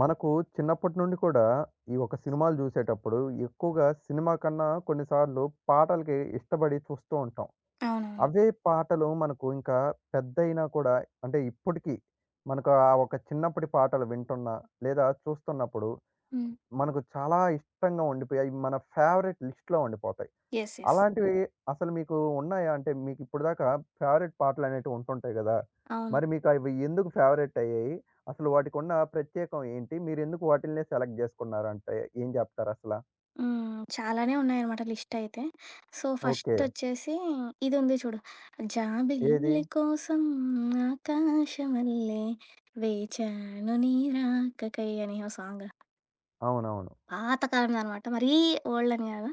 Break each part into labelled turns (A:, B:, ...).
A: మనకు చిన్నప్పటి నుండి కూడా, ఈ ఒక సినిమాలు జూసేటప్పుడు ఎక్కువగా సినిమా కన్నా కొన్నిసార్లు పాటలకి ఇష్టపడి చూస్తూ ఉంటాం.
B: అవునవును.
A: అవే పాటలు మనకు ఇంకా పెద్దయినా కూడా అంటే ఇప్పటికి మనకు ఆ ఒక చిన్నప్పటి పాటలు వింటున్నా, లేదా చూస్తున్నప్పుడు
B: హ్మ్.
A: మనకు చాలా ఇష్టంగా ఉండిపోయి అయి మన ఫేవరెట్ లిస్ట్‌లో ఉండిపోతాయి.
B: యెస్. యెస్.
A: అలాంటివి అసలు మీకు ఉన్నాయా? అంటే మీకు ఇప్పటిదాకా ఫేవరెట్ పాటలనేటివి ఉంటుంటాయి గదా!
B: అవును.
A: మరి మీకు అవి ఎందుకు ఫేవరెట్ అయ్యాయి? అసలు వాటికున్న ప్రత్యేకం ఏంటి? మీరెందుకు వాటిల్నే సెలెక్ట్ జేసుకున్నారంటే ఏం జెప్తారు అసల?
B: హ్మ్. చాలానే ఉన్నాయన్నమాట లిస్టయితే. So,
A: okay.
B: ఫస్టొచ్చేసి ఇదుంది చూడు.
A: ఏది?
B: జాబిల్లి కోసం ఆకాశమల్లె వేచాను నీ రాకకై అని ఓ సాంగ్.
A: అవునవును.
B: పాత కాలమేనమాట. మరీ ఓల్డ్ అని గాదు.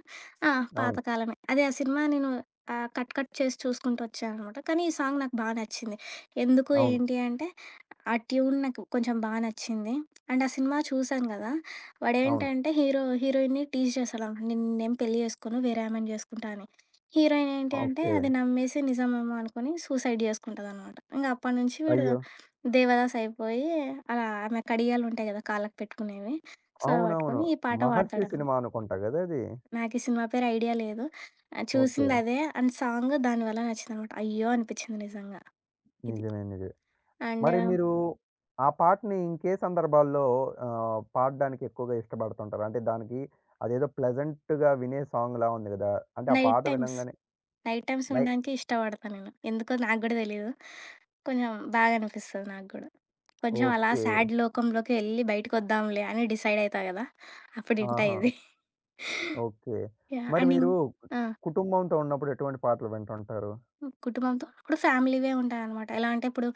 B: ఆ! పాత
A: అవును.
B: కాలమే. అదే ఆ సినిమా నేను కట్ కట్ చేసి చూసుకుంటూ వచ్చాననమాట. కానీ ఈ సాంగ్ నాకు బా నచ్చింది. ఎందుకు,
A: అవును.
B: ఏంటి అంటే ఆ ట్యూన్ నాకు కొంచెం బా నచ్చింది. అండ్ ఆ సినిమా చూసాను గదా!
A: అవును.
B: వాడేంటంటే హీరో, హీరోయిన్‌ని టీజ్ చేస్తాడనమాట. నిన్నేం పెళ్లి చేసుకోను, వేరే ఆమెని జేసుకుంటా అని. హీరోయిన్ ఏంటి అంటే
A: ఓకే.
B: అది నమ్మేసి నిజమేమో అనుకోని సూసైడ్ జేసుకుంటదనమాట. ఇంగ అప్పటి నుంచి వీడు
A: అయ్యో!
B: దేవదాస్ అయిపోయి అలా ఆమె కడియాలుంటాయి గదా! కాళ్ళకి పెట్టుకునేవి. సొరవ
A: అవునవును.
B: పట్టుకొని ఈ పాట
A: 'మహర్షి'
B: పాడతాడనమాట.
A: సినిమా అనుకుంటా గదా! అది.
B: నాకీ సినిమా పేరు ఐడియా లేదు.
A: ఓకే.
B: చూసిందదే అండ్ సాంగ్ దాని వల్ల నచ్చిందనమాట. అయ్యో! అనిపిచ్చింది నిజంగా ఇది.
A: నిజమే. నిజమే.
B: అండ్
A: మరి మీరు ఆ పాటని ఇంకే సందర్భాల్లో పాడడానికి ఎక్కువగా ఇష్టపడుతుంటారు? అంటే దానికి అదేదో ప్లెజెంట్‌గా వినే సాంగ్‌లా ఉంది గదా! అంటే ఆ
B: నైట్
A: పాట
B: టైమ్స్,
A: వినంగానే
B: నైట్ టైమ్స్
A: నై
B: వినడానికి ఇష్టపడతా నేను. ఎందుకో నాకు గూడా తెలీదు. కొంచెం బాగా అనిపిస్తది నాకు గూడా. కొంచెం అలా
A: ఓకే.
B: సాడ్ లోకంలోకి ఎళ్లి బయటకొద్దాంలే అని డిసైడ్ అయితా గదా! అప్పుడు ఇంటా
A: ఆహా!
B: ఇది.
A: ఓకే.
B: యాహ్!
A: మరి
B: అండ్ ఇం
A: మీరు
B: ఆ!
A: కుటుంబంతో ఉన్నప్పుడు ఎటువంటి పాటలు వింటుంటారు?
B: కుటుంబంతో ఇప్పుడు ఫ్యామిలీవే ఉంటాయనమాట. ఎలా అంటే ఇప్పుడు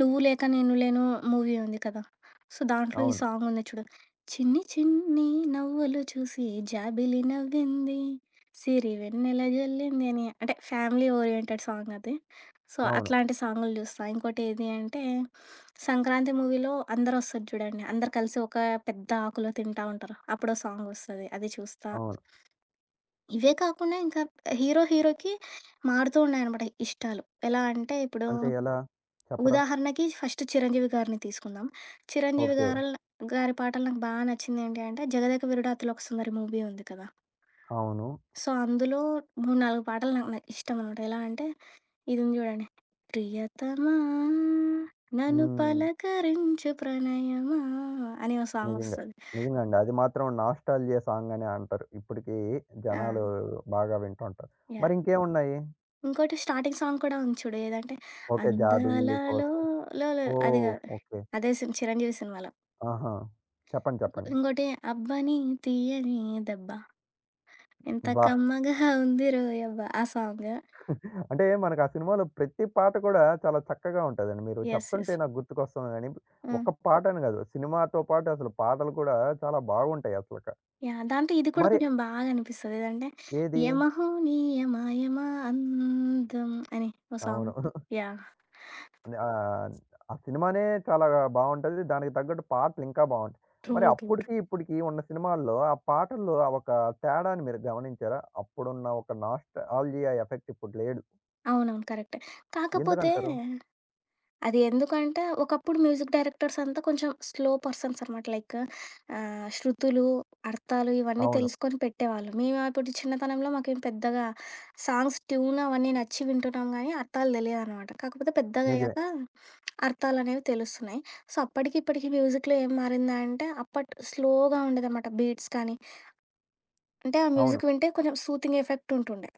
B: 'నువ్వు లేక నేను లేను' మూవీ ఉంది కదా! సో, దాంట్లో ఈ
A: అవును.
B: సాంగ్ ఉంది చూడు. చిన్ని చిన్ని నవ్వులు చూసి జాబిలి నవ్వింది. సిరివెన్నెల జల్లింది అని అంటే ఫ్యామిలీ ఓరియెంటెడ్ సాంగ్ అది. సో,
A: అవును.
B: అట్లాంటి సాంగులు చూస్తా. ఇంకోటి ఏది అంటే 'సంక్రాంతి' మూవీలో అందరొస్తారు చూడండి. అందరు కలిసి ఒక పెద్ద ఆకులో తింటా ఉంటారు. అప్పుడో సాంగొస్తది. అది చూస్తా.
A: అవును.
B: ఇవే కాకుండా ఇంకా హీరో, హీరోకి మారుతూ ఉన్నాయనమాట ఇష్టాలు. ఎలా అంటే ఇప్పుడు
A: అంటే ఎలా? చెప్పరా?
B: ఉదాహరణకి ఫస్ట్ 'చిరంజీవి' గారిని తీసుకుందాం. 'చిరంజీవి'
A: ఓకే.
B: గారల్ గారి పాటలు నాకు బాగా నచ్చింది ఏంటి అంటే 'జగదేక వీరుడు అతిలోక సుందరి' మూవీ ఉంది కదా!
A: అవును.
B: సో, అందులో 3, 4 పాటలు నాకు న ఇష్టమనమాట. ఎలా అంటే ఇది ఉంది చూడండి. ప్రియతమా నన్ను
A: హ్మ్.
B: పలకరించు ప్రణయమా అని ఓ
A: నిజంగా.
B: సాంగొస్తది.
A: నిజంగా అండి. అది మాత్రం నాస్టాల్జియా సాంగ్ అనే అంటారు. ఇప్పటికి
B: ఆ!
A: జనాలు బాగా వింటుంటారు. మరి
B: యాహ్!
A: ఇంకేమున్నాయి?
B: ఇంకోటి స్టార్టింగ్ సాంగ్ కూడా ఉంది చూడు. ఏదంటే,
A: ఓకే.
B: అందాలలో
A: జాబిల్లి కోసం.
B: లో లో అది
A: ఓహ్!
B: గాదు.
A: ఓకే.
B: అదే సిన్ చిరంజీవి సినిమాలో.
A: ఆహా! చెప్పండి. చెప్పండి.
B: ఇంకోటి 'అబ్బని తీయని దెబ్బ ఎంత
A: అబ్బా!
B: కమ్మగా ఉంది రోయబ్బ' ఆ సాంగ్.
A: అంటే మనకు ఆ సినిమాలో ప్రతి పాట కూడా చాలా చక్కగా ఉంటదండి. మీరు
B: యెస్. యెస్.
A: చెప్తుంటే నాకు గుర్తుకొస్తుంది గానీ,
B: హ్మ్.
A: ఒక్క పాట అని గాదు. సినిమాతో పాటు అసలు పాటలు కూడా చాలా బాగుంటాయి అసలక.
B: యాహ్! దాంట్లో ఇది కూడా
A: మరి
B: కొంచెం బాగా అనిపిస్తది. ఏదంటే,
A: ఏది?
B: యమహో నీ యమ యమ అందం అని ఓ సాంగ్.
A: అవును.
B: యాహ్!
A: ఆహ్, ఆ సినిమానే చాలా బావుంటది. దానికి తగ్గట్టు పాటలు ఇంకా బావుంటాయి.
B: ట్రూ.
A: మరి
B: ట్రూ.
A: అప్పటికి, ఇప్పటికి ఉన్న సినిమాల్లో ఆ పాటల్లో ఆ ఒక తేడాని మీరు గమనించారా? అప్పుడున్న ఒక నాస్టాల్జియా ఎఫెక్ట్ ఇప్పుడు లేడు.
B: అవునవును. కరెక్టే. కాకపోతే
A: ఎందుకంటారు?
B: అది ఎందుకంటే, ఒకప్పుడు మ్యూజిక్ డైరెక్టర్స్ అంతా కొంచెం స్లో పర్సన్స్ అనమాట. లైక్ శృతులు, అర్థాలు ఇవన్నీ
A: అవును.
B: తెలుసుకొని పెట్టేవాళ్ళు. మేము అప్పుడు చిన్నతనంలో మాకేం పెద్దగా సాంగ్స్ ట్యూన్ అవన్నీ నచ్చి వింటున్నాం గానీ, అర్థాలు తెలియదనమాట. కాకపోతే
A: నిజమే.
B: పెద్దగయ్యాక అర్థాలనేవి తెలుస్తున్నాయి. సో, అప్పటికి, ఇప్పటికి మ్యూజిక్‌లో ఏం మారిందంటే, అప్పట్ స్లోగా ఉండేదనమాట బీట్స్ కానీ, అంటే ఆ
A: అవును.
B: మ్యూజిక్ వింటే కొంచెం సూతింగ్ ఎఫెక్ట్ ఉంటుండే.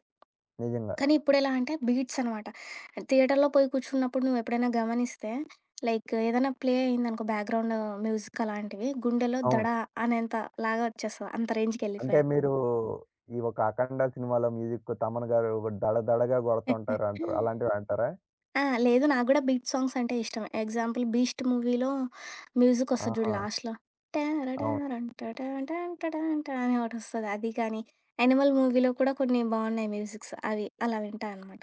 A: నిజంగా.
B: కానీ ఇప్పుడెలా అంటే బీట్స్ అనమాట. థియేటర్‌లో పోయి కూర్చున్నప్పుడు నువ్వెప్పుడైనా గమనిస్తే లైక్ ఏదైనా ప్లే అయిందనుకో బ్యాక్‌గ్రౌండ్ మ్యూజిక్ అలాంటివి గుండెలో దడ
A: అవును.
B: అనేంత లాగా వచ్చేస్తది. అంత
A: అంటే
B: రేంజ్‌కెళ్ళిపోయాను.
A: మీరు ఈ ఒక 'అఖండ' సినిమాలో మ్యూజిక్ తమన్ గారు దడ దడగా కొడుతుంటారు అంటారు. అలాంటివి అంటారా?
B: ఆ! లేదు నాకు గూడా బీట్ సాంగ్స్ అంటే ఇష్టమే. ఎగ్జాంపుల్ 'బీస్ట్' మూవీలో మ్యూజిక్ వస్తది జూడు
A: ఆహా!
B: లాస్ట్‌లో.
A: అవును.
B: అని ఒకటొస్తది అది కానీ, 'యానిమల్' మూవీలో కూడా కొన్ని బావున్నాయి మ్యూజిక్స్ అవి అలా వింటా అనమాట.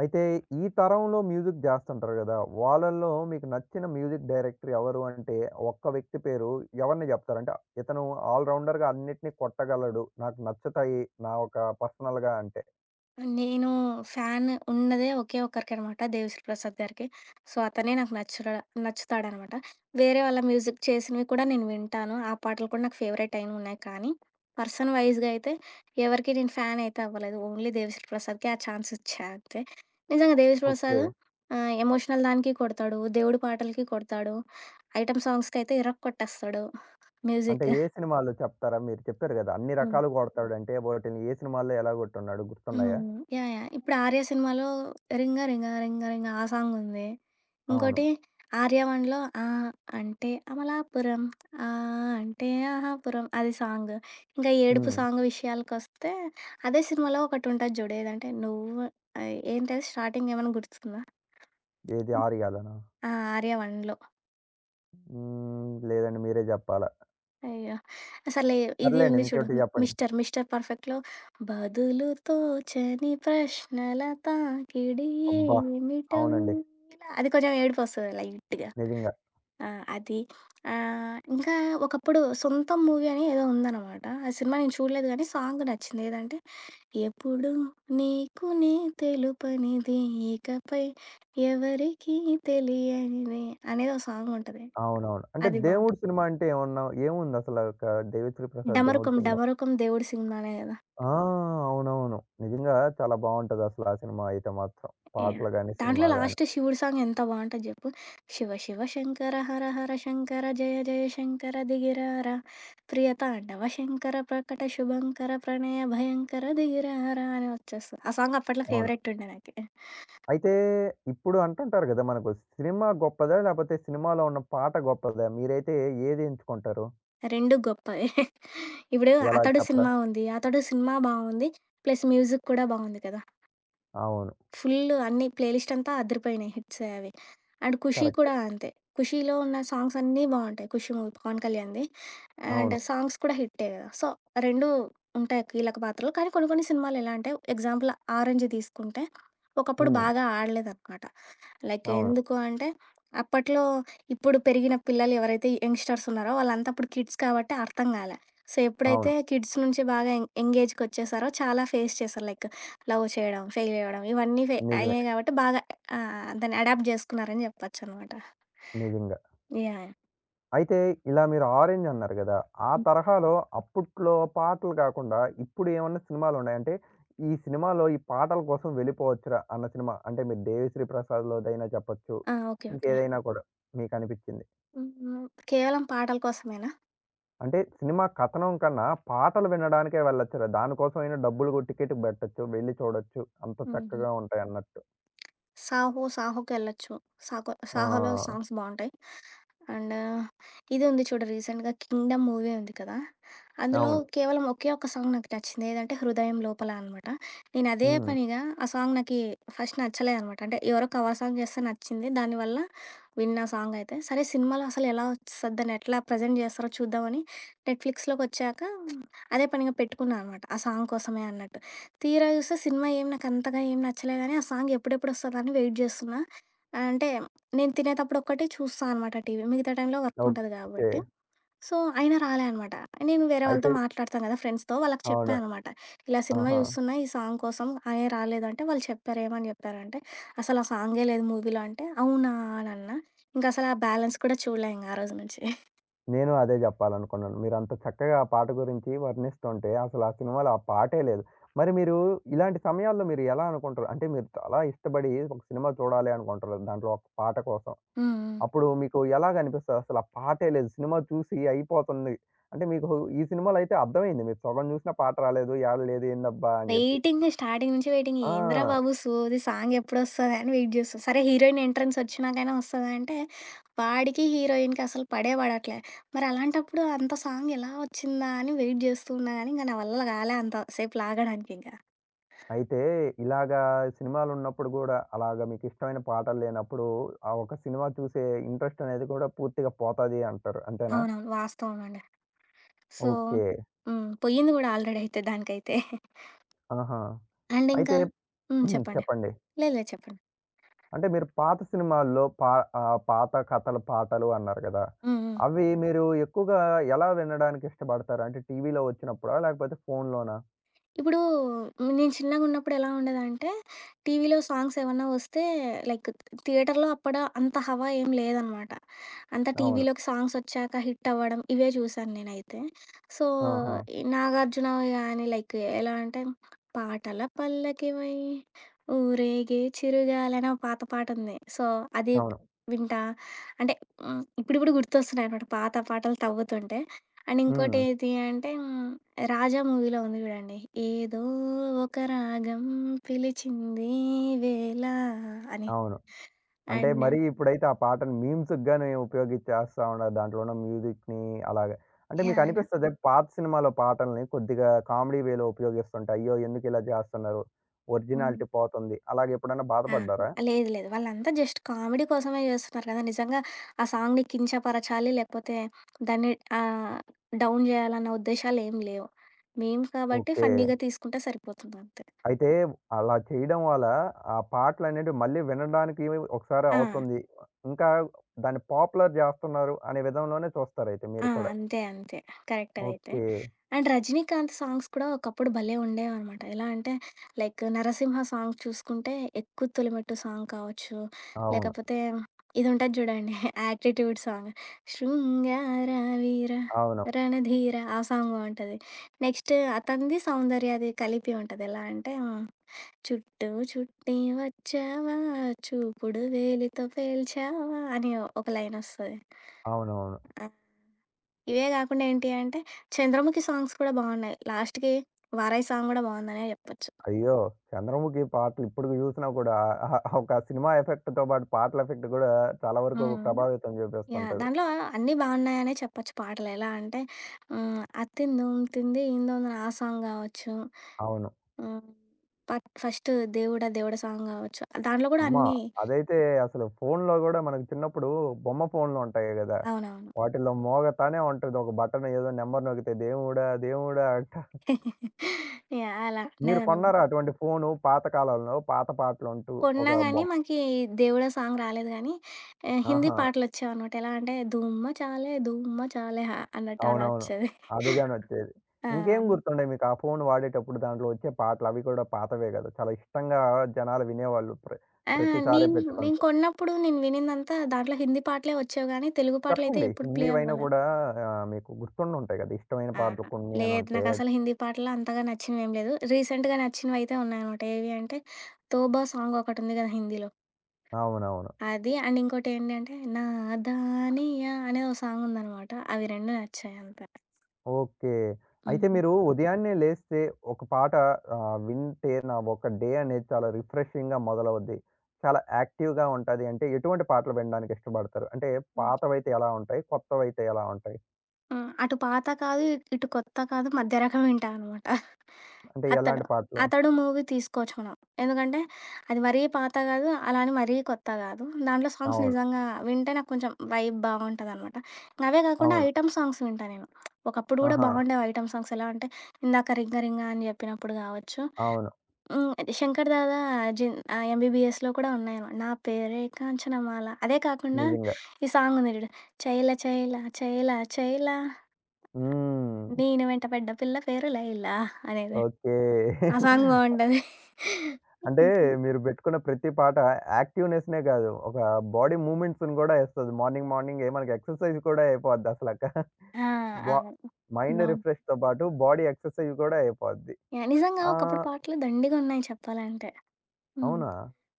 A: అయితే ఈ తరంలో మ్యూజిక్ జేస్తుంటారు గదా! వాళ్ళల్లో మీకు నచ్చిన మ్యూజిక్ డైరెక్టర్ ఎవరు అంటే ఒక్క వ్యక్తి పేరు ఎవరిని జెప్తారు? అంటే ఇతను ఆల్ రౌండర్‌గా అన్నిటిని కొట్టగలడు. నాకు నచ్చుతాయి. నా ఒక పర్సనల్‌గా అంటే.
B: నేను ఫ్యాన్ ఉన్నదే ఒకే ఒక్కరికనమాట. 'దేవిశ్రీ ప్రసాద్' గారికి. సో, అతనే నాకు నచ్చుడ నచ్చుతాడనమాట. వేరే వాళ్ళ మ్యూజిక్ చేసినవి కూడా నేను వింటాను. ఆ పాటలు కూడా నాకు ఫేవరెట్ అయినున్నాయి. కానీ, పర్సన్ వైస్‌గా అయితే ఎవరికీ నేను ఫ్యాన్ అయితే అవ్వలేదు. ఓన్లీ 'దేవిశ్రీ ప్రసాద్‌కే' ఆ ఛాన్స్ ఇచ్చా అంతే. నిజంగా 'దేవిశ్రీ
A: ఓకే.
B: ప్రసాద్' ఎమోషనల్ దానికి కొడతాడు. దేవుడి పాటలకి కొడతాడు. ఐటెమ్ సాంగ్స్‌కైతే ఇరక్కొట్టేస్తాడు
A: అంటే
B: మ్యూజిక్.
A: ఏ సినిమాలో చెప్తారా? మీరు చెప్పారు గదా! అన్ని
B: హ్మ్.
A: రకాలుగా కొడతాడంటే వాటిని ఏ సినిమాల్లో ఎలా గొట్టున్నాడో
B: హ్మ్.
A: గుర్తున్నాయా?
B: యాహ్! యాహ్! ఇప్పుడు 'ఆర్య' సినిమాలో 'రింగా రింగా రింగా రింగా' ఆ సాంగుంది.
A: అవును.
B: ఇంకోటి 'ఆర్యవన్‌లో' 'ఆ అంటే అమలాపురం ఆ అంటే ఆహాపురం' అది సాంగ్. ఇంకా ఏడుపు
A: హ్మ్.
B: సాంగ్ విషయాలకొస్తే అదే సినిమాలో ఒకటుంటది చూడు ఏదంటే నువ్వు ఏంటది స్టార్టింగ్ ఏమన్నా గుర్తుందా?
A: ఏది ఆరిగాలనా?
B: ఆ! 'ఆర్య 1లో'.
A: హ్మ్. లేదండి. మీరే జెప్పాలా?
B: అయ్యో! అసలే ఇది
A: సర్లేండి
B: ఉంది చూడు.
A: ఇంకోటి
B: మ్
A: జెప్పండి.
B: 'మిస్టర్ మిస్టర్ పర్ఫెక్ట్‌లో' బదులు తోచని ప్రశ్నల తాకిడి
A: అబ్బా!
B: ఏమిటో
A: అవునండి.
B: ఇలా అది కొంచెం ఏడుపొస్తది లైట్‌గా.
A: నిజంగా.
B: ఆ! అది. ఇంకా ఒకప్పుడు 'సొంతం' మూవీ అని ఏదో ఉందనమాట. ఆ సినిమా నేను చూడలేదు గానీ సాంగ్ నచ్చింది. ఏదంటే ఎప్పుడు నీకు నే తెలుపనిది ఇకపై ఎవరికీ తెలియనిది అనేది ఒక సాంగుంటది.
A: అవునవును. అంటే
B: అది
A: దేవుడు
B: బావుంటది.
A: సినిమా అంటే ఏమన్నా ఏముందసల ఒక 'దేవిశ్రీ ప్రసాద్' దేవుడు
B: 'డమరుకం
A: సినిమా.
B: డమరుకం దేవుడి' సినిమానే గదా!
A: ఆ! అవునవును. నిజంగా చాలా బావుంటదసల ఆ సినిమా అయితే మాత్రం.
B: యాహ్!
A: పాటలు గాని,
B: దాంట్లో
A: సినిమా గాని.
B: లాస్ట్ శివుడి సాంగ్ ఎంత బావుంటది జెప్పు. శివ శివ శంకర హర హర శంకర జయ జయ శంకర దిగిరారా ప్రియతాండవ శంకర ప్రకట శుభంకర ప్రణయ భయంకర దిగిరారా అని వచ్చేస్తది. ఆ సాంగ్ అప్పట్లో
A: అవును.
B: ఫేవరెట్ ఉండే నాకి.
A: అయితే ఇప్పుడు అంటుంటారు గదా! మనకు సినిమా గొప్పదా? లేపోతే సినిమాలో ఉన్న పాట గొప్పదా? మీరైతే ఏది ఎంచుకుంటారు?
B: 2 గొప్పవే. ఇప్పుడు
A: ఎలా
B: 'అతడు'
A: చెప్పరా?
B: సినిమా ఉంది. 'అతడు' సినిమా బావుంది. ప్లస్ మ్యూజిక్ కూడా బావుంది కదా!
A: అవును.
B: ఫుల్ అన్ని ప్లే లిస్ట్ అంతా అదిరిపోయినాయి హిట్సే అవి. అండ్ 'ఖుషి'
A: కరెక్టే.
B: కూడా అంతే. 'ఖుషిలో' ఉన్న సాంగ్స్ అన్నీ బావుంటాయి. 'ఖుషి' మూవీ పవన్ కళ్యాణ్‌ది. అండ్
A: అవును.
B: సాంగ్స్ కూడా హిట్టే కదా! సో, రెండు ఉంటాయి కీలక పాత్రలు. కానీ కొన్ని కొన్ని సినిమాలు ఎలా అంటే ఎగ్జాంపుల్ 'ఆరెంజ్' తీసుకుంటే, ఒకప్పుడు
A: హ్మ్.
B: బాగా ఆడలేదనమాట. లైక్
A: అవును.
B: ఎందుకు అంటే అప్పట్లో ఇప్పుడు పెరిగిన పిల్లలు ఎవరైతే యంగ్‌స్టర్స్ ఉన్నారో వాళ్ళంతా అప్పుడు కిడ్స్ కాబట్టి అర్థం కాలే. సో, ఎప్పుడైతే
A: అవును.
B: కిడ్స్ నుంచి బాగా యం యంగ్ ఏజ్‌కొచ్చేసారో చాలా ఫేస్ చేశారు. లైక్ లవ్ చేయడం, ఫెయిల్ అవ్వడం ఇవన్నీ ఫె
A: నిజమే.
B: అయ్యాయి కాబట్టి బాగా దాన్ని అడాప్ట్ చేసుకున్నారని చెప్పొచ్చనమాట.
A: నిజంగా.
B: యాహ్!
A: అయితే ఇలా మీరు 'ఆరెంజ్' అన్నారు గదా! ఆ
B: హ్మ్.
A: తరహాలో అప్పట్లో పాటలు గాకుండా ఇప్పుడు ఏమన్నా సినిమాలున్నాయా? అంటే ఈ సినిమాలో ఈ పాటల కోసం వెళ్ళిపోవచ్చురా అన్న సినిమా అంటే మీరు 'దేవిశ్రీ ప్రసాద్‌లోదైనా' చెప్పొచ్చు.
B: ఆ! ఓకే. ఓకే.
A: ఇంకేదైనా కూడా మీకనిపిచ్చింది.
B: హ్మ్. కేవలం పాటల కోసమేనా?
A: అంటే సినిమా కథనం కన్నా పాటలు వినడానికే వెళ్ళొచ్చురా. దానికోసమైనా డబ్బులు గొ టికెట్ బెట్టొచ్చు. వెళ్లి చూడొచ్చు. అంత
B: హుహు.
A: చక్కగా ఉంటాయన్నట్టు.
B: 'సాహో', 'సాహో'కెళ్ళొచ్చు. 'సాహో' 'సాహో'లో
A: ఆ!
B: సాంగ్స్ బావుంటాయి. అండ్ ఇది ఉంది చూడు రీసెంట్‌గా 'కింగ్డమ్' మూవీ ఉంది కదా! అందులో
A: అవును.
B: కేవలం ఒకే ఒక్క సాంగ్ నాకు నచ్చింది. ఏదంటే 'హృదయం లోపల' అనమాట. నేను అదే
A: హ్మ్.
B: పనిగా ఆ సాంగ్ నాకి ఫస్ట్ నచ్చలేదనమాట. అంటే ఎవరో కవర్ సాంగ్ చేస్తే నచ్చింది. దానివల్ల విన్నా సాంగ్ అయితే. సరే సినిమాలో అసలు ఎలా వస్తది, దాన్ని ఎట్లా ప్రజెంట్ చేస్తారో చూద్దామని నెట్‌ఫ్లిక్స్‌లోకొచ్చాక అదే పనిగా పెట్టుకున్నా అనమాట. ఆ సాంగ్ కోసమే అన్నట్టు. తీరా చూస్తే సినిమా ఏం నాకంతగా ఏం నచ్చలే గానీ, ఆ సాంగ్ ఎప్పుడెప్పుడొస్తదా అని వెయిట్ జేస్తున్నా. అంటే, నేను తినేతప్పుడు ఒక్కటి చూస్తా అనమాట టీవీ. మిగతా టైంలో వర్క్ ఉంటది
A: ఓకే.
B: గాబట్టి. సో, అయినా రాలే అనమాట. నేను వేరే
A: అయితే
B: వాళ్ళతో మాట్లాడతాను గదా ఫ్రెండ్స్‌తో, వాళ్ళకి చెప్పా
A: అవును.
B: అనమాట. ఇలా సినిమా
A: ఆహా!
B: జూస్తున్నా ఈ సాంగ్ కోసం, అయే రాలేదంటే వాళ్ళు చెప్పారు. ఏమని జెప్పారంటే, "అసలు ఆ సాంగే లేదు మూవీలో" అంటే, "అవునా" అనన్నా. ఇంకసలా బ్యాలెన్స్ కూడా చూడలే ఇంగ ఆ రోజు నుంచి.
A: నేను అదే జెప్పాలనుకున్నాను. మీరంత చక్కగా ఆ పాట గురించి వర్ణిస్తుంటే అసలు ఆ సినిమాలో ఆ పాటే లేదు. మరి మీరు ఇలాంటి సమయాల్లో మీరు ఎలా అనుకుంటారు? అంటే మీరు చాలా ఇష్టపడి ఒక సినిమా చూడాలి అనుకుంటారు. దాంట్లో ఒక పాట కోసం.
B: హ్మ్. హ్మ్.
A: అప్పుడు మీకు ఎలాగనిపిస్తది? అసలు ఆ పాటే లేదు. సినిమా చూసి అయిపోతుంది. అంటే మీకు ఈ సినిమాలో అయితే అర్థమైంది. మీరు సగం జూసినా పాట రాలేదు. యాడ లేదు ఏందబ్బా! అని జెప్పి.
B: వెయిటింగ్. స్టార్టింగ్ నుంచి వెయిటింగ్. ఏందిరా
A: ఆ!
B: బాబు సోది సాంగ్ ఎప్పుడొస్తదా అని వెయిట్ జేస్తా. సరే హీరోయిన్ ఎంట్రన్స్ వచ్చినాకైనా వస్తదా అంటే, వాడికి హీరోయిన్‌కి అసలు పడే పడట్లే. మరి అలాంటప్పుడు అంత సాంగ్ ఎలా వచ్చిందా అని వెయిట్ జేస్తూ ఉన్నా గానీ, ఇంక నా వల్ల గాలే అంత సేపు లాగడానికి ఇంక.
A: అయితే ఇలాగా సినిమాలున్నప్పుడు గూడా, అలాగా మీకిష్టమైన పాటలు లేనప్పుడు, ఆ ఒక సినిమా చూసే ఇంట్రెస్ట్ అనేది కూడా పూర్తిగా పోతది అంటారు. అంతేనా?
B: అవునవును. వాస్తవం అండి. So
A: okay.
B: హ్మ్. పోయింది గూడా ఆల్రెడీ అయితే దానికైతే.
A: ఆహా!
B: అండ్ ఇంకా
A: అయితే
B: హ్మ్.
A: హ్మ్.
B: చెప్పండి.
A: చెప్పండి.
B: లేదు లేదు చెప్పండి.
A: అంటే మీరు పాత సినిమాల్లో పాత కథల పాటలు అన్నారు గదా!
B: హ్మ్. హ్మ్.
A: అవి మీరు ఎక్కువగా ఎలా వినడానికి ఇష్టపడతారు? అంటే టీవీలో వచ్చినప్పుడా? లేకపోతే ఫోనులోనా?
B: ఇప్పుడూ నేను చిన్నగున్నప్పుడు ఎలా ఉండేదంటే, టీవీలో సాంగ్స్ ఏవన్నా వస్తే లైక్ థియేటర్‌లో అప్పుడ అంత హవా ఏం లేదనమాట. అంతా
A: అవును.
B: టీవీలోకి సాంగ్స్ వచ్చాక హిట్ అవ్వడం ఇవే చూశాను నేనైతే. సో,
A: ఆహా!
B: ఈ నాగార్జునవి గానీ లైక్ ఎలా అంటే, పాటల పల్లకివై ఊరేగే చిరుగాలని ఒక పాత పాటుంది. సో, అది
A: అవును.
B: వింటా అంటే హ్మ్, ఇప్పుడిప్పుడు గుర్తొస్తున్నాయనమాట పాత పాటలు తవ్వుతుంటే. అండ్
A: హ్మ్.
B: ఇంకోటేది అంటే హ్మ్ 'రాజా' మూవీలో ఉంది చూడండి. ఏదో ఒక రాగం పిలిచింది వేళ అని.
A: అవును. అంటే
B: అండ్
A: మరీ ఇప్పుడైతే ఆ పాటను మీమ్స్‌కి గాని ఉపయోగిచ్చేస్తా ఉన్నారు. దాంట్లో ఉన్న మ్యూజిక్‌ని అలాగా. అంటే
B: యాన
A: మీకనిపిస్తదా పాత సినిమాలో పాటల్ని కొద్దిగా కామెడీ వేలో ఉపయోగిస్తుంటే, అయ్యో! ఎందుకిలా జేస్తున్నారు?
B: హ్మ్.
A: ఒరిజినాలిటీ పోతుంది. అలాగెప్పుడన్నా
B: ఆ!
A: బాధపడ్డారా?
B: లేదు లేదు. వాళ్ళంతా జస్ట్ కామెడీ కోసమే చేస్తున్నారు కదా! నిజంగా ఆ సాంగ్‌ని కించపరచాలి లేకపోతే దాన్ని ఆహ్, డౌన్ చేయాలన్న ఉద్దేశాలేమి లేవు. మేము కాబట్టి
A: ఓకే.
B: ఫన్నీగా తీసుకుంటే సరిపోతుందంతే.
A: అయితే అలా చేయడం వల్ల ఆ పాటలనేటివి మళ్ళీ వినడానికి ఒకసారి
B: ఆ!
A: అవుతుంది. ఇంకా దాన్ని పాపులర్ జేస్తున్నారు అనే విధంలోనే చూస్తారైతే
B: ఆ!
A: మీరు కూడా.
B: అంతే. అంతే. కరెక్ట్ అదైతే.
A: ఓకే.
B: అండ్ 'రజనీకాంత్' సాంగ్స్ కూడా ఒకప్పుడు భలే ఉండేవనమాట. ఎలా అంటే లైక్ 'నరసింహ' సాంగ్ చూసుకుంటే 'ఎక్కు తొలిమెట్టు' సాంగ్ కావచ్చు,
A: అవును.
B: లేకపోతే ఇదుంటది చూడండి 'యాటిట్యూడ్' సాంగ్ 'శృంగార వీర
A: అవును.
B: రణధీర' ఆ సాంగ్ బావుంటది. నెక్స్ట్ అతనిది, సౌందర్యది కలిపి ఉంటది. ఎలా అంటే చుట్టూ చుట్టి వచ్చావా చూపుడు వేలితో పేల్చావా అని ఒక లైనొస్తది.
A: అవునవును.
B: ఆ! ఇవే గాకుండా ఏంటి అంటే 'చంద్రముఖి' సాంగ్స్ కూడా బావున్నాయి. లాస్ట్‌కి 'వారాహి' సాంగ్ గూడా బావుందనే జెప్పొచ్చు.
A: అయ్యో! 'చంద్రముఖి' పాటలు ఇప్పటికి చూసినా కూడా ఒక సినిమా ఎఫెక్ట్‌తో పాటు పాటల ఎఫెక్ట్ గూడా చాలా వరకు
B: హ్మ్.
A: ప్రభావితం
B: యాహ్!
A: చూపిస్తుంటది.
B: దాంట్లో అన్నీ బావున్నాయనే చెప్పొచ్చు పాటలు. ఎలా అంటే హ్మ్, 'అత్తిందోం తిందీందోందన' ఆ సాంగ్ గావచ్చు.
A: అవును.
B: హ్మ్, పట్ ఫస్ట్ 'దేవుడా దేవుడా' సాంగ్ గావచ్చు. దాంట్లో గూడా
A: అమ్మ!
B: అన్నీ
A: అదైతే అసలు ఫోన్‌లో గూడా మనకు చిన్నప్పుడు బొమ్మ ఫోన్‌లు ఉంటాయి గదా!
B: అవునవును.
A: వాటిల్లో మోగతానే ఉంటది. ఒక బటన్ ఏదో నంబర్ నొక్కితే దేవుడా! దేవుడా! అంట.
B: యాహ్! అలా
A: మీరు
B: అనేదాన్ని.
A: కొన్నారా అటువంటి ఫోను పాత కాలంలో పాత పాటలంటూ ఒక
B: కొన్నా గానీ
A: బొమ్మ?
B: మనకి 'దేవుడా' సాంగ్ రాలేదు గానీ హిందీ
A: ఆహా!
B: పాటలొచ్చేవనమాట. ఎలా అంటే 'ధూమ్మ చాలే ధూమ్మ చాలే' హ అన్నట్టు అలా
A: అవునవును.
B: ఒచ్చేది.
A: అదుగానొచ్చేది.
B: ఆ!
A: ఇంకేం గుర్తుండేయి మీకు ఆ ఫోను వాడేటప్పుడు దాంట్లో వచ్చే పాటలవి కూడా పాతవే గదా! చాలా ఇష్టంగా జనాలు వినేవాళ్ళు.
B: ఆ!
A: ప్రతిసారి
B: నేను నేను
A: పెట్టుకుంటూ.
B: కొన్నప్పుడు నేను వినిందంతా దాంట్లో హిందీ పాటలే వచ్చేవి గానీ, తెలుగు పాటలైతే
A: చెప్పండి.
B: ఎప్పుడు ప్లే
A: హిందీవైనా
B: అవ్వల.
A: కూడా మీకు గుర్తుండుంటాయి గదా! ఇష్టమైన పాటలు
B: ఆహా!
A: కొన్ని
B: లేదు.
A: అనుంటే.
B: నాకసలు హిందీ పాటలు అంతగా నచ్చినవేం లేదు. రీసెంట్‌గా నచ్చినవైతే ఉన్నాయనమాట. ఏవి అంటే 'తోబా' సాంగ్ ఒకటుంది గదా! హిందీలో.
A: అవునవును.
B: అది అండ్ ఇంకోటేంటంటే 'నాదానియా' అనే ఓ సాంగుందనమాట. అవి 2 నచ్చాయంతే.
A: ఓకే. అయితే
B: హ్మ్.
A: మీరు ఉదయాన్నే లేస్తే ఒక పాట వింటే నా ఒక డే అనేది చాలా రిఫ్రెషింగ్‌గా మొదలవుద్ది. చాలా యాక్టివ్‌గా ఉంటది అంటే ఎటువంటి పాటలు వినడానికి ఇష్టపడతారు? అంటే
B: హ్మ్.
A: పాతవైతే ఎలా ఉంటాయి? కొత్తవైతే ఎలా ఉంటాయి?
B: ఆ! అటు పాత కాదు, ఇటు కొత్త కాదు. మధ్య రకం వింటా అనమాట.
A: అంటే
B: అతడు
A: ఎలాంటి పాటలు?
B: అతడు మూవీ తీసుకోవచ్చు మనం. ఎందుకంటే అది మరీ పాత కాదు, అలా అని మరీ కొత్త కాదు. దాంట్లో సాంగ్స్
A: అవును.
B: నిజంగా వింటే నాకు కొంచెం వైబ్ బావుంటదనమాట. అవే కాకుండా
A: అవును.
B: ఐటెమ్ సాంగ్స్ వింటా నేను. ఒకప్పుడు కూడా
A: ఆహా!
B: బావుండేవి ఐటెమ్ సాంగ్స్. ఎలా అంటే ఇందాక 'రింగా రింగా' అని చెప్పినప్పుడు కావచ్చు.
A: అవును.
B: హ్మ్, శంకర్ దాదా జిన్ 'ఎంబీబీఎస్‌లో' కూడా ఉన్నాయనమాట. నా పేరే కాంచనమాల అదే కాకుండా
A: నిజంగా.
B: ఈ సాంగ్ ఉంది చూడు 'చైల చైల చైల చైల'
A: హ్మ్.
B: నేను వెంట పడ్డ పిల్ల పేరు 'లైలా' అనేది.
A: ఓకే.
B: ఆ సాంగ్ బావుంటది.
A: అంటే మీరు బెట్టుకున్న ప్రతి పాట యాక్టివ్‌నెస్‌నే గాదు. ఒక బాడీ మూవ్‌మెంట్స్‌ని గూడా ఏస్తది. మార్నింగ్ మార్నింగే మనకి ఎక్సర్‌సైజ్ కూడా అయిపోద్దసలక.
B: ఆ!
A: బా
B: అవును.
A: మైండ్
B: బావుంది.
A: రిఫ్రెష్‌తో పాటు బాడీ ఎక్సర్‌సైజ్ గూడా అయిపోద్ది.
B: యాహ్! నిజంగా
A: ఆ!
B: ఒకప్పుడు పాటలు దండిగున్నాయి చెప్పాలంటే. హ్మ్.
A: అవునా?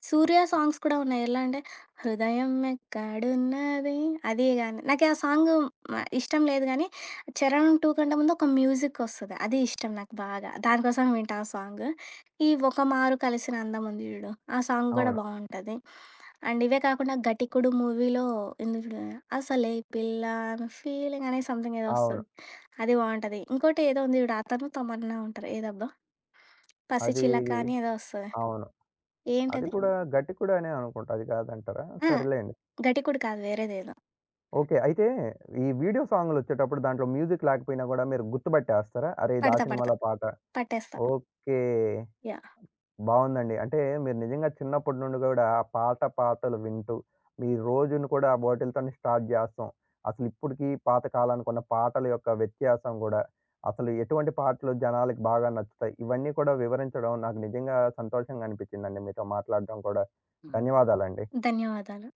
B: 'సూర్య' సాంగ్స్ కూడా ఉన్నాయి. ఎలా అంటే, హృదయం ఎక్కడున్నది అది గాని, నాకా సాంగు మ ఇష్టం లేదు గానీ, 'చరణ్ 2' కంటే ముందు ఒక మ్యూజికొస్తది. అది ఇష్టం నాకు బాగా. దానికోసం వింటా ఆ సాంగు. ఈ 'ఒకమారు కలిసిన అందం' ఉంది జూడు, ఆ సాంగ్ గూడా
A: అవును.
B: బావుంటది. అండ్ ఇవే కాకుండా 'ఘటికుడు' మూవీలో ఉంది జూడు, అసలే పిల్ల ఆమె ఫీలింగ్ అనే సంథింగ్ ఏదో
A: అవును.
B: వస్తది. అది బావుంటది. ఇంకోటి ఏదో ఉంది జూడు, అతను తమన్నా ఉంటారు. ఏదబ్బా
A: అది
B: 'పసిచిలక' అని ఏదో వస్తది.
A: అవును. అది
B: ఏంటది?
A: కూడా గట్టికుడానే అనుకుంటా. అది కాదంటారా?
B: ఆ!
A: సరేలెండి.
B: ఘటికుడు కాదు వేరేదేదో.
A: ఓకే. అయితే ఈ వీడియో సాంగులొచ్చేటప్పుడు దాంట్లో మ్యూజిక్ లేకపోయినా గూడా మీరు గుర్తుపట్టేస్తారా? అరే! ఇది ఆ
B: పడతా, పడతా.
A: సినిమాలో పాట.
B: పట్టేస్తా.
A: ఓకే.
B: యాహ్!
A: బావుందండి. అంటే మీరు నిజంగా చిన్నప్పటి నుండి గూడా ఆ పాత పాటలు వింటూ, మీ రోజును కూడా వాటిలతోనే స్టార్ట్ జేస్తాం. అసలు ఇప్పటికి పాత కాలానికి ఉన్న పాటల యొక్క వ్యత్యాసం గూడా, అసలు ఎటువంటి పాటలు జనాలకి బాగా నచ్చుతాయి. ఇవన్నీ కూడా వివరించడం నాకు నిజంగా సంతోషంగా అనిపించిందండి మీతో మాట్లాడడం కూడా.
B: హ్మ్.
A: ధన్యవాదాలండి.
B: ధన్యవాదాలు.